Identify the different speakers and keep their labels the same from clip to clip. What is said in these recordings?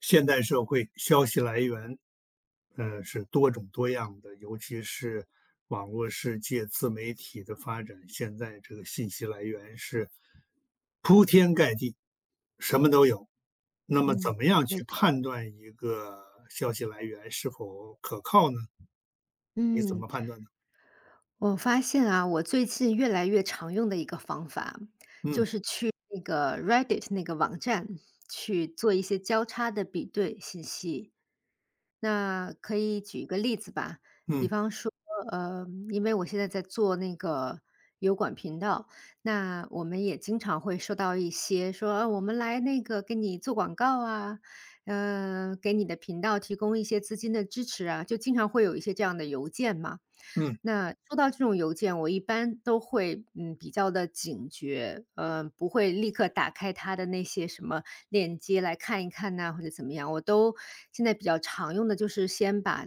Speaker 1: 现代社会消息来源，是多种多样的，尤其是网络世界、自媒体的发展，现在这个信息来源是铺天盖地，什么都有。那么，怎
Speaker 2: 嗯，
Speaker 1: 么样
Speaker 2: 没
Speaker 1: 去
Speaker 2: 错。
Speaker 1: 判断一个消息来源是否可靠呢？你怎
Speaker 2: 嗯，
Speaker 1: 么判断呢？
Speaker 2: 我发现啊，我最近越来越常用的一个方法，
Speaker 1: 嗯，
Speaker 2: 就是去那个 Reddit 那个网站去做一些交叉的比对信息。那可以举一个例子吧，比
Speaker 1: 嗯，
Speaker 2: 方说，因为我现在在做那个油管频道，那我们也经常会收到一些说，啊，我们来那个给你做广告啊，给你的频道提供一些资金的支持啊，就经常会有一些这样的邮件嘛。
Speaker 1: 嗯，
Speaker 2: 那收到这种邮件，我一般都会，嗯，比较的警觉，嗯不会立刻打开它的那些什么链接来看一看呐，或者怎么样。我都现在比较常用的就是先把，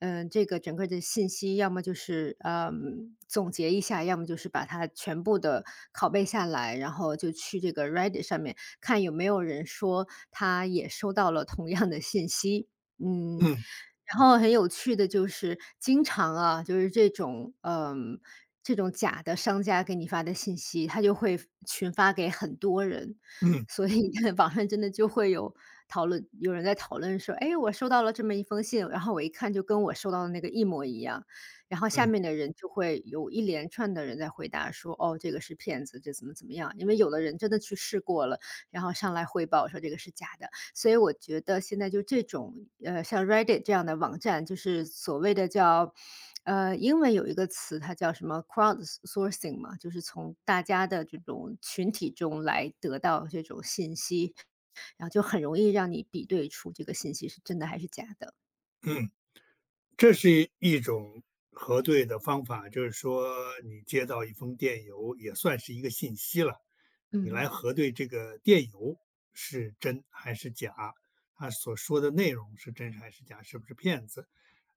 Speaker 2: 这个整个的信息要么就是，嗯总结一下，要么就是把它全部的拷贝下来，然后就去这个 Reddit 上面看有没有人说他也收到了同样的信息。嗯。
Speaker 1: 嗯，
Speaker 2: 然后很有趣的就是，经常啊，就是这种，这种假的商家给你发的信息，他就会群发给很多人，
Speaker 1: 嗯，
Speaker 2: 所以 网上真的就会有讨论，有人在讨论说：“哎，我收到了这么一封信，然后我一看就跟我收到的那个一模一样。”然后下
Speaker 1: 嗯，
Speaker 2: 面的人就会有一连串的人在回答说：“哦，这个是骗子，这怎么怎么样。”因为有的人真的去试过了，然后上来汇报说这个是假的，所以我觉得现在就这种，像 Reddit 这样的网站，就是所谓的叫，英文有一个词，它叫什么 crowdsourcing 嘛，就是从大家的这种群体中来得到这种信息，然后就很容易让你比对出这个信息是真的还是假的。
Speaker 1: 嗯。这是一种核对的方法，就是说你接到一封电邮也算是一个信息了。你来
Speaker 2: 嗯。
Speaker 1: 核对这个电邮是真还是假，他所说的内容是真还是假，是不是骗子。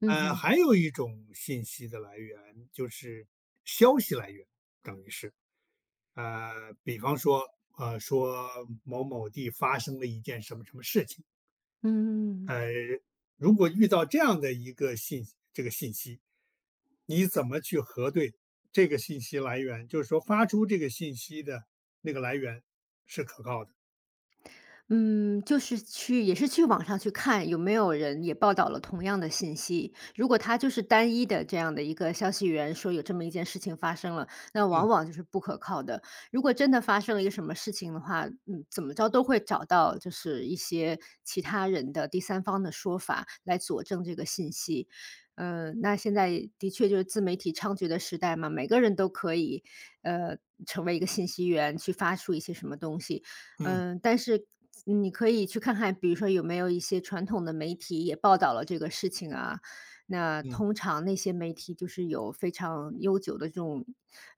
Speaker 2: 嗯哼。
Speaker 1: 还有一种信息的来源就是消息来源，等于是，比方说，说某某地发生了一件什么什么事情，
Speaker 2: 嗯。
Speaker 1: 呃，如果遇到这样的一个信息，你怎么去核对这个信息来源？就是说发出这个信息的那个来源是可靠的。
Speaker 2: 嗯，就是去也是去网上去看有没有人也报道了同样的信息。如果他就是单一的这样的一个消息源，说有这么一件事情发生了，那往
Speaker 1: 嗯，
Speaker 2: 往就是不可靠的。如果真的发生了一个什么事情的话，嗯，怎么着都会找到就是一些其他人的第三方的说法来佐证这个信息。那现在的确就是自媒体猖獗的时代嘛，每个人都可以，呃，成为一个信息源，去发出一些什么东西。
Speaker 1: 嗯，
Speaker 2: 嗯，但是嗯你可以去看看，比如说有没有一些传统的媒体也报道了这个事情啊。那
Speaker 1: 嗯，
Speaker 2: 通常那些媒体就是有非常悠久的这种，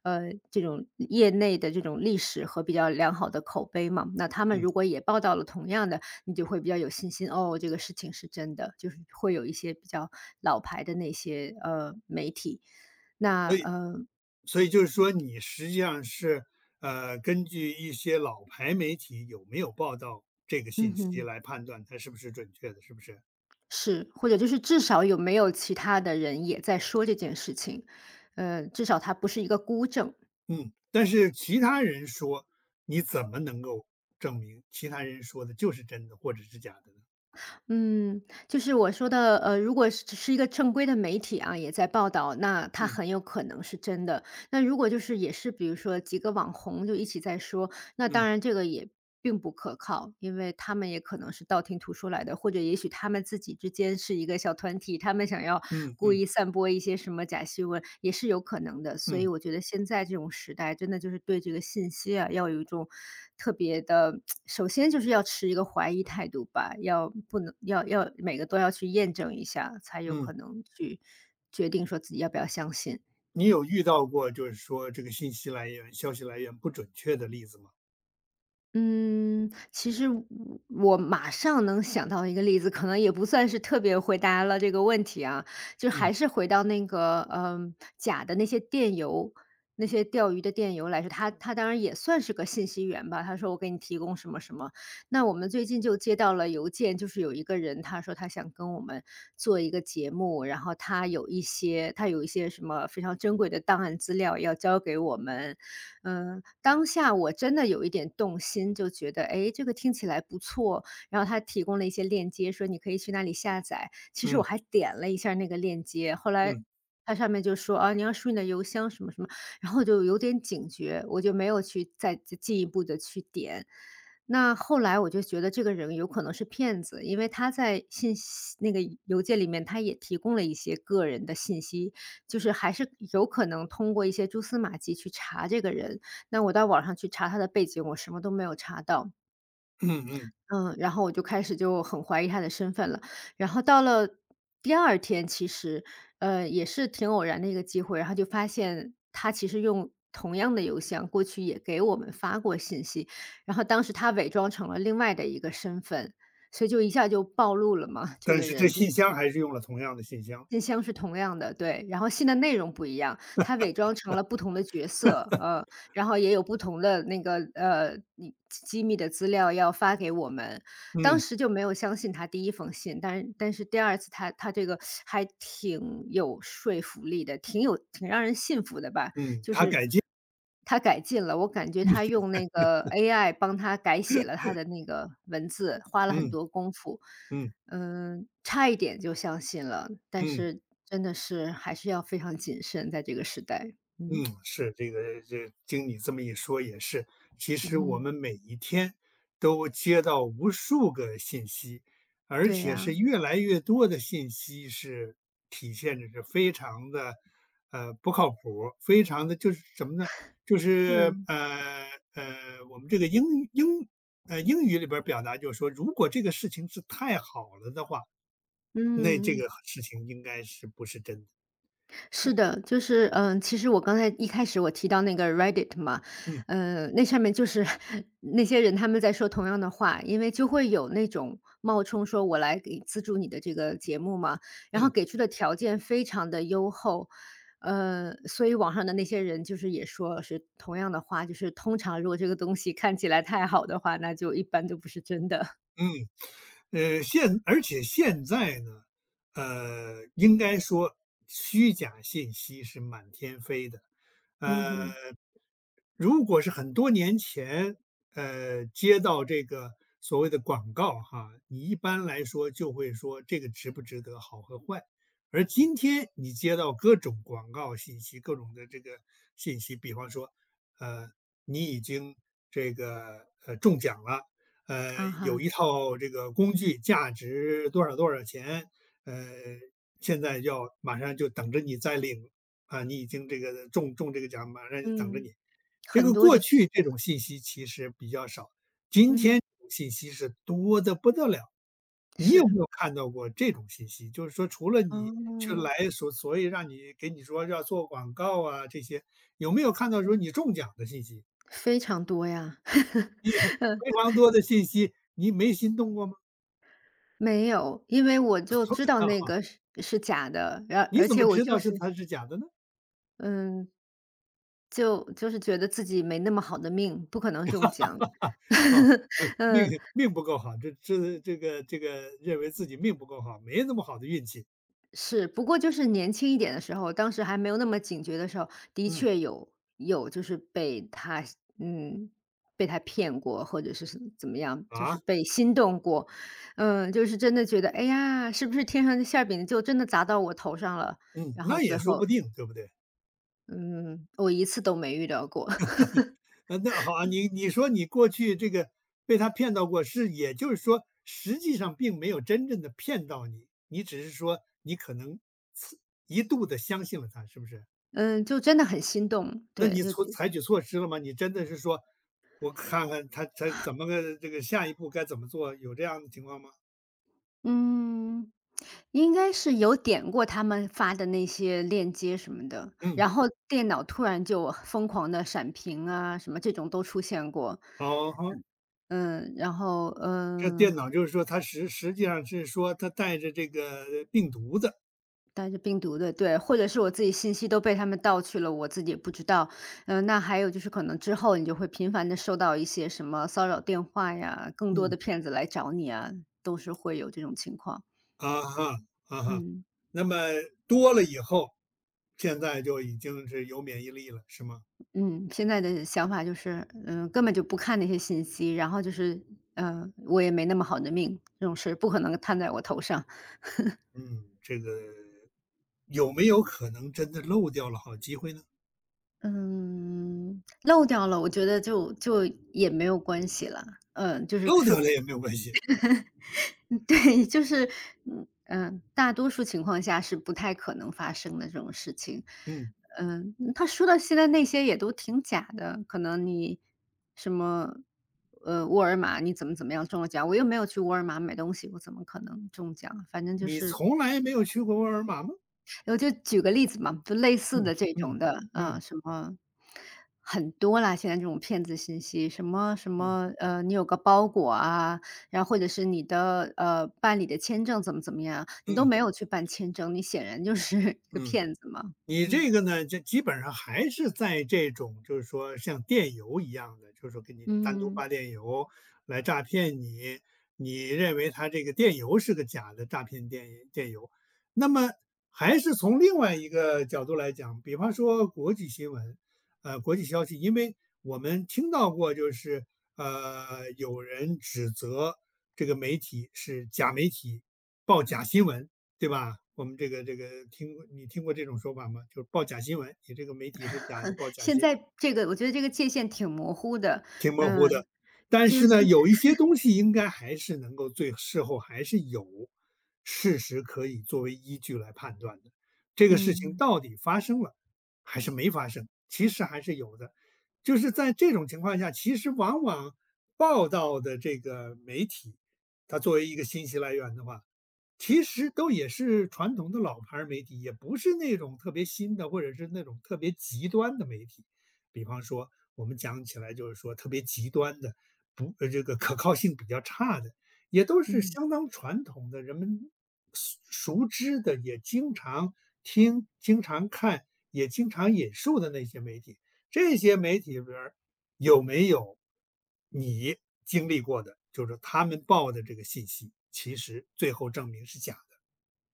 Speaker 2: 这种业内的这种历史和比较良好的口碑嘛。那他们
Speaker 1: 嗯。
Speaker 2: 如果也报道了同样的，你就会比较有信心，哦，这个事情是真的，就是会有一些比较老牌的那些媒体。那
Speaker 1: 所以，
Speaker 2: 呃，
Speaker 1: 所以就是说，你实际上是根据一些老牌媒体有没有报道这个
Speaker 2: 嗯
Speaker 1: 信息
Speaker 2: 哼。
Speaker 1: 来判断它是不是准确的，是不是？
Speaker 2: 是，或者就是至少有没有其他的人也在说这件事情，至少它不是一个孤证。
Speaker 1: 嗯，但是其他人说，你怎么能够证明其他人说的就是真的或者是假的呢？
Speaker 2: 嗯，就是我说的，如果是一个正规的媒体啊，也在报道，那它
Speaker 1: 嗯。
Speaker 2: 很有可能是真的。那如果就是也是比如说几个网红就一起在说，那当
Speaker 1: 嗯，
Speaker 2: 然这个也并不可靠，因为他们也可能是道听途说来的，或者也许他们自己之间是一个小团体，他们想要
Speaker 1: 嗯，
Speaker 2: 故
Speaker 1: 嗯，
Speaker 2: 意散播一些什么假新闻也是有可能的。所以
Speaker 1: 嗯，
Speaker 2: 我觉得现在这种时代，真的就是对这个信息啊，要有一种特别的，首先就是要持一个怀疑态度吧，要不能要要每个都要去验证一下，才有
Speaker 1: 嗯。
Speaker 2: 可能去决定说自己要不要相信。
Speaker 1: 你有遇到过就是说这个信息来源、消息来源不准确的例子吗？
Speaker 2: 嗯，其实我马上能想到一个例子，可能也不算是特别回答了这个问题啊，就
Speaker 1: 嗯，
Speaker 2: 还是回到那个，嗯，假的那些电邮，那些钓鱼的电邮来说，他当然也算是个信息源吧。他说我给你提供什么什么，那我们最近就接到了邮件，就是有一个人他说他想跟我们做一个节目，然后他有一些什么非常珍贵的档案资料要交给我们，嗯，当下我真的有一点动心，就觉得哎，诶，这个听起来不错，然后他提供了一些链接，说你可以去那里下载。其实
Speaker 1: 嗯，
Speaker 2: 我还点了一下那个链接，后来
Speaker 1: 嗯，
Speaker 2: 他上面就说，啊，你要输你的邮箱什么什么，然后我就有点警觉，我就没有去再进一步的去点。那后来我就觉得这个人有可能是骗子，因为他在信息那个邮件里面，他也提供了一些个人的信息，就是还是有可能通过一些蛛丝马迹去查这个人。那我到网上去查他的背景，我什么都没有查到。
Speaker 1: 嗯，嗯。
Speaker 2: 嗯，然后我就开始就很怀疑他的身份了。然后到了第二天，其实，也是挺偶然的一个机会，然后就发现他其实用同样的邮箱，过去也给我们发过信息，然后当时他伪装成了另外的一个身份，所以就一下就暴露了嘛，这
Speaker 1: 但
Speaker 2: 个
Speaker 1: 是这
Speaker 2: 人就
Speaker 1: 信箱还是用了同样的信箱。
Speaker 2: 信箱是同样的，对，然后信的内容不一样，他伪装成了不同的角色，然后也有不同的那个，你机密的资料要发给我们。当
Speaker 1: 嗯，
Speaker 2: 时就没有相信他第一封信，但是第二次他这个还挺有说服力的，挺有挺让人信服的吧，
Speaker 1: 嗯，
Speaker 2: 就
Speaker 1: 它
Speaker 2: 是
Speaker 1: 改进。
Speaker 2: 他改进了，我感觉他用那个 AI 帮他改写了他的那个文字，花了很
Speaker 1: 嗯，
Speaker 2: 多功夫。
Speaker 1: 嗯，
Speaker 2: 嗯，差一点就相信了，但
Speaker 1: 嗯。
Speaker 2: 是真的是还是要非常谨慎，在这个时代。
Speaker 1: 嗯，
Speaker 2: 嗯，
Speaker 1: 是这个，这经你这么一说也是。其实我
Speaker 2: 嗯
Speaker 1: 们每一天都接到无数个信息，而
Speaker 2: 对
Speaker 1: 且
Speaker 2: 呀，
Speaker 1: 是越来越多的信息是体现着是非常的，不靠谱儿非常的就是什么呢？就是，
Speaker 2: 嗯，
Speaker 1: 我们这个英语里边儿表达就是说，如果这个事情是太好了的话，那这
Speaker 2: 嗯。
Speaker 1: 个事情应该是不是真的。
Speaker 2: 是的，就是，其实我刚才一开始我提到那个 Reddit 嘛，
Speaker 1: 嗯，
Speaker 2: 那上面就是 那些人他们在说同样的话，因为就会有那种冒充说我来给资助你的这个节目嘛，然后
Speaker 1: 嗯，
Speaker 2: 给出的条件非常的优厚，所以网上的那些人就是也说是同样的话，就是通常如果这个东西看起来太好的话，那就一般都不是真的。
Speaker 1: 嗯。而且现在呢，应该说虚假信息是满天飞的。
Speaker 2: 嗯
Speaker 1: 呃，
Speaker 2: 哼。
Speaker 1: 如果是很多年前，接到这个所谓的广告哈，你一般来说就会说这个值不值得，好和坏。而今天你接到各种广告信息，各种的这个信息，比方说，呃，你已经这个中奖了。呃，
Speaker 2: 啊哈。
Speaker 1: 有一套这个工具，价值多少多少钱，呃，现在要马上就等着你再领啊，你已经这个中这个奖，马上就等着你。
Speaker 2: 嗯，
Speaker 1: 这
Speaker 2: 很
Speaker 1: 个
Speaker 2: 多
Speaker 1: 过
Speaker 2: 这，
Speaker 1: 去这种信息其实比较少，今
Speaker 2: 嗯，
Speaker 1: 天这种信息是多的不得了。你有没
Speaker 2: 是，
Speaker 1: 有看到过这种信息？就是说，除了你去
Speaker 2: 哦。
Speaker 1: 来所所以让你给你说要做广告啊这些，有没有看到说你中奖的信息？
Speaker 2: 非常多呀。
Speaker 1: 非常多的信息，你没心动过吗？
Speaker 2: 没有，因为我就知道那 个是假的，然
Speaker 1: 你
Speaker 2: 而
Speaker 1: 怎
Speaker 2: 且
Speaker 1: 么
Speaker 2: 我
Speaker 1: 知道
Speaker 2: 就
Speaker 1: 是
Speaker 2: 是，
Speaker 1: 它是假的呢？
Speaker 2: 嗯，就是觉得自己没那么好的命，不可能中奖。
Speaker 1: 啊，命，
Speaker 2: 嗯，
Speaker 1: 不够好，这个认为自己命不够好，没那么好的运气。
Speaker 2: 是，不过就是年轻一点的时候，当时还没有那么警觉的时候，的
Speaker 1: 嗯。
Speaker 2: 确有就是被他嗯，被他骗过，或者是什怎么样，就是
Speaker 1: 啊。
Speaker 2: 被心动过。嗯，就是真的觉得，哎呀，是不是天上的馅儿饼就真的砸到我头上了？
Speaker 1: 嗯，
Speaker 2: 然后
Speaker 1: 那也
Speaker 2: 最
Speaker 1: 说不
Speaker 2: 后，
Speaker 1: 定，对不对？
Speaker 2: 嗯，我一次都没遇到过，
Speaker 1: 那好啊，你说你过去这个被他骗到过，是也就是说，实际上并没有真正的骗到你，你只是说你可能次一度的相信了他，是不是？
Speaker 2: 嗯，就真的很心动，
Speaker 1: 那
Speaker 2: 对，
Speaker 1: 你
Speaker 2: 就
Speaker 1: 采取措施了吗？你真的是说，我看看他怎么个这个下一步该怎么做，有这样的情况吗？
Speaker 2: 嗯，应该是有点过他们发的那些链接什么的，
Speaker 1: 嗯。
Speaker 2: 然后电脑突然就疯狂的闪屏啊，什么这种都出现过。
Speaker 1: 哦吼，
Speaker 2: 嗯，然后，
Speaker 1: 这
Speaker 2: 嗯，
Speaker 1: 电脑就是说它实际上是说它带着这个病毒的。
Speaker 2: 带着病毒的，对，或者是我自己信息都被他们盗去了，我自己也不知道。嗯，那还有就是可能之后你就会频繁的收到一些什么骚扰电话呀，更多
Speaker 1: 嗯。
Speaker 2: 的骗子来找你啊，都是会有这种情况，
Speaker 1: 啊哈。啊哈。
Speaker 2: 嗯。
Speaker 1: 那么多了以后，现在就已经是有免疫力了，是吗？
Speaker 2: 嗯，现在的想法就是，根本就不看那些信息，然后就是，嗯，我也没那么好的命，这种事不可能摊在我头上。
Speaker 1: 嗯，这个有没有可能真的漏掉了好机会呢？
Speaker 2: 嗯，漏掉了，我觉得就也没有关系了。嗯，就是
Speaker 1: 漏掉了也没有关系。
Speaker 2: 嗯，对，就是，嗯嗯，大多数情况下是不太可能发生的这种事情。
Speaker 1: 嗯，
Speaker 2: 他说的现在那些也都挺假的，可能你什么，呃，沃尔玛你怎么怎么样中了奖，我又没有去沃尔玛买东西，我怎么可能中奖？反正就
Speaker 1: 你
Speaker 2: 是
Speaker 1: 从来没有去过沃尔玛吗？
Speaker 2: 我就举个例子嘛，就类似
Speaker 1: 嗯，
Speaker 2: 的这种
Speaker 1: 嗯，
Speaker 2: 的，
Speaker 1: 嗯，
Speaker 2: 嗯，什么很多啦，现在这种骗子信息，什么什
Speaker 1: 嗯，
Speaker 2: 么，你有个包裹啊，然后或者是你的办理的签证怎么怎么样，你都
Speaker 1: 嗯，
Speaker 2: 没有去办签证，你显然就是 一个
Speaker 1: 嗯。
Speaker 2: 骗子嘛，
Speaker 1: 你
Speaker 2: 嗯。
Speaker 1: 这个呢，就基本上还是在这种，就是说像电邮一样的，就是说给你单独
Speaker 2: 嗯。
Speaker 1: 发电邮来诈骗你。你认为他这个电邮是个假的诈骗电邮，那么还是从另外一个角度来讲，比方说国际新闻，国际消息，因为我们听到过，就是，有人指责这个媒体是假媒体，报假新闻，对吧？我们这个你听过这种说法吗？就是报假新闻，你这个媒体是假的，报假
Speaker 2: 现
Speaker 1: 新
Speaker 2: 在
Speaker 1: 闻。
Speaker 2: 这个我觉得这个界限挺模糊的，
Speaker 1: 挺模糊的，
Speaker 2: 嗯，
Speaker 1: 但
Speaker 2: 就是
Speaker 1: 是呢，
Speaker 2: 现在
Speaker 1: 有一些东西应该还是能够事后还是有事实可以作为依据来判断的。这个
Speaker 2: 嗯
Speaker 1: 事情到
Speaker 2: 嗯
Speaker 1: 底发生了还是没发生，其实还是有的。就是在这种情况下，其实往往报道的这个媒体，它作为一个信息来源的话，其实都也是传统的老牌儿媒体，也不是那种特别新的，或者是那种特别极端的媒体。比方说，我们讲起来就是说特别极端的，不，这个可靠性比较差的，也都是
Speaker 2: 嗯。
Speaker 1: 相当传统的，人们熟熟知的，也经常听、经常看、也经常引述的那些媒体。这些媒体里边儿有没有你经历过的，就是他们报的这个信息，其实最后证明是假的。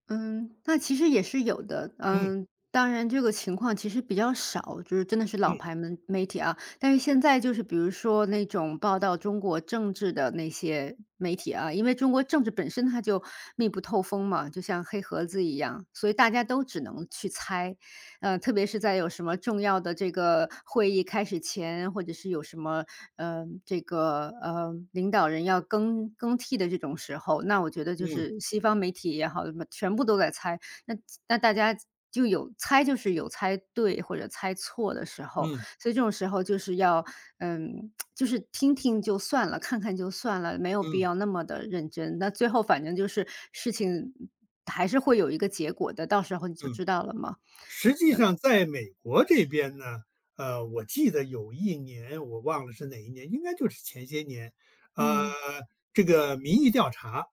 Speaker 2: 嗯，那其实也是有的。
Speaker 1: 嗯，
Speaker 2: 嗯，当然这个情况其实比较少，就是真的是老
Speaker 1: 嗯，
Speaker 2: 牌媒体啊。但是现在就是比如说那种报道中国政治的那些媒体啊，因为中国政治本身它就密不透风嘛，就像黑盒子一样，所以大家都只能去猜。特别是在有什么重要的这个会议开始前，或者是有什么，领导人要更替的这种时候，那我觉得就
Speaker 1: 嗯，
Speaker 2: 是西方媒体也好，什么全部都在猜，那那大家就有猜就是有猜对或者猜错的时候，
Speaker 1: 嗯，
Speaker 2: 所以这种时候就是要，嗯，就是听听就算了，看看就算了，没有必
Speaker 1: 嗯，
Speaker 2: 要那么的认真。那最后反正就是事情还是会有一个结果的，到时候你就
Speaker 1: 嗯。
Speaker 2: 知道了嘛。
Speaker 1: 实际上在美国这边呢，我记得有一年我忘了是哪一年，应该就是前些年，呃，
Speaker 2: 嗯，
Speaker 1: 这个民意调查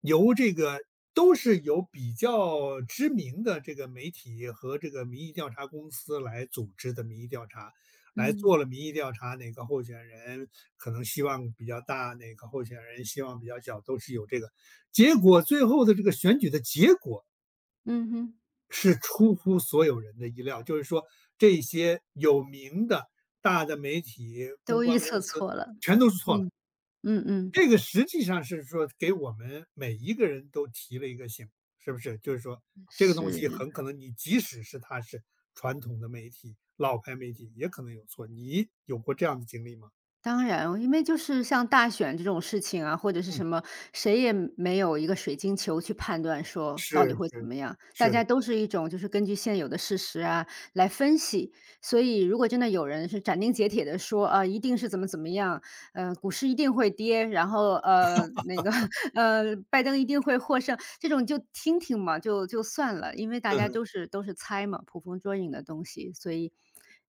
Speaker 1: 由这个都是由比较知名的这个媒体和这个民意调查公司来组织的民意调查，来
Speaker 2: 嗯，
Speaker 1: 做了民意调查，哪个候选人可能希望比较大，哪个候选人希望比较小，都是有这个。结果最后的这个选举的结果
Speaker 2: 嗯哼，
Speaker 1: 是出乎所有人的意料，就是说这些有名的大的媒体、公
Speaker 2: 都
Speaker 1: 关
Speaker 2: 预
Speaker 1: 公
Speaker 2: 测
Speaker 1: 司
Speaker 2: 错了，
Speaker 1: 全都是错了。
Speaker 2: 嗯，嗯嗯，
Speaker 1: 这个实际上是说给我们每一个人都提了一个醒，是不是？就是说这个东西
Speaker 2: 是。
Speaker 1: 很可能你即使是它是传统的媒体、老牌媒体，也可能有错。你有过这样的经历吗？
Speaker 2: 当然，因为就是像大选这种事情啊，或者是
Speaker 1: 嗯，
Speaker 2: 什么，谁也没有一个水晶球去判断说到底
Speaker 1: 是
Speaker 2: 会怎
Speaker 1: 是
Speaker 2: 么样。大
Speaker 1: 是的。
Speaker 2: 家都是一种就是根据现有的事实啊来分析。所以，如果真的有人是斩钉截铁的说啊，一定是怎么怎么样，股市一定会跌，然后那个 拜登一定会获胜，这种就听听嘛，就算了，因为大
Speaker 1: 嗯
Speaker 2: 家
Speaker 1: 哼。
Speaker 2: 都是猜嘛，捕风捉影的东西，所以。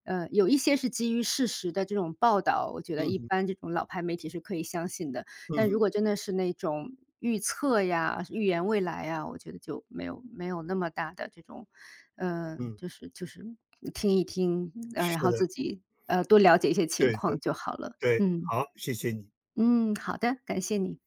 Speaker 2: 有一些是基于事实的这种报道，我觉得
Speaker 1: 嗯
Speaker 2: 一
Speaker 1: 哼。
Speaker 2: 般这种老牌媒体是可以相信的。
Speaker 1: 嗯
Speaker 2: 但
Speaker 1: 哼。
Speaker 2: 如果真的是那种预测呀、预言未来呀，我觉得就没有那么大的这种，呃，
Speaker 1: 嗯，
Speaker 2: 就是就是听一听，然
Speaker 1: 是
Speaker 2: 后
Speaker 1: 的。
Speaker 2: 自己多了解一些情
Speaker 1: 对
Speaker 2: 况
Speaker 1: 对
Speaker 2: 就好了。
Speaker 1: 对，
Speaker 2: 嗯
Speaker 1: 好，谢谢你。
Speaker 2: 嗯，好的，感谢你。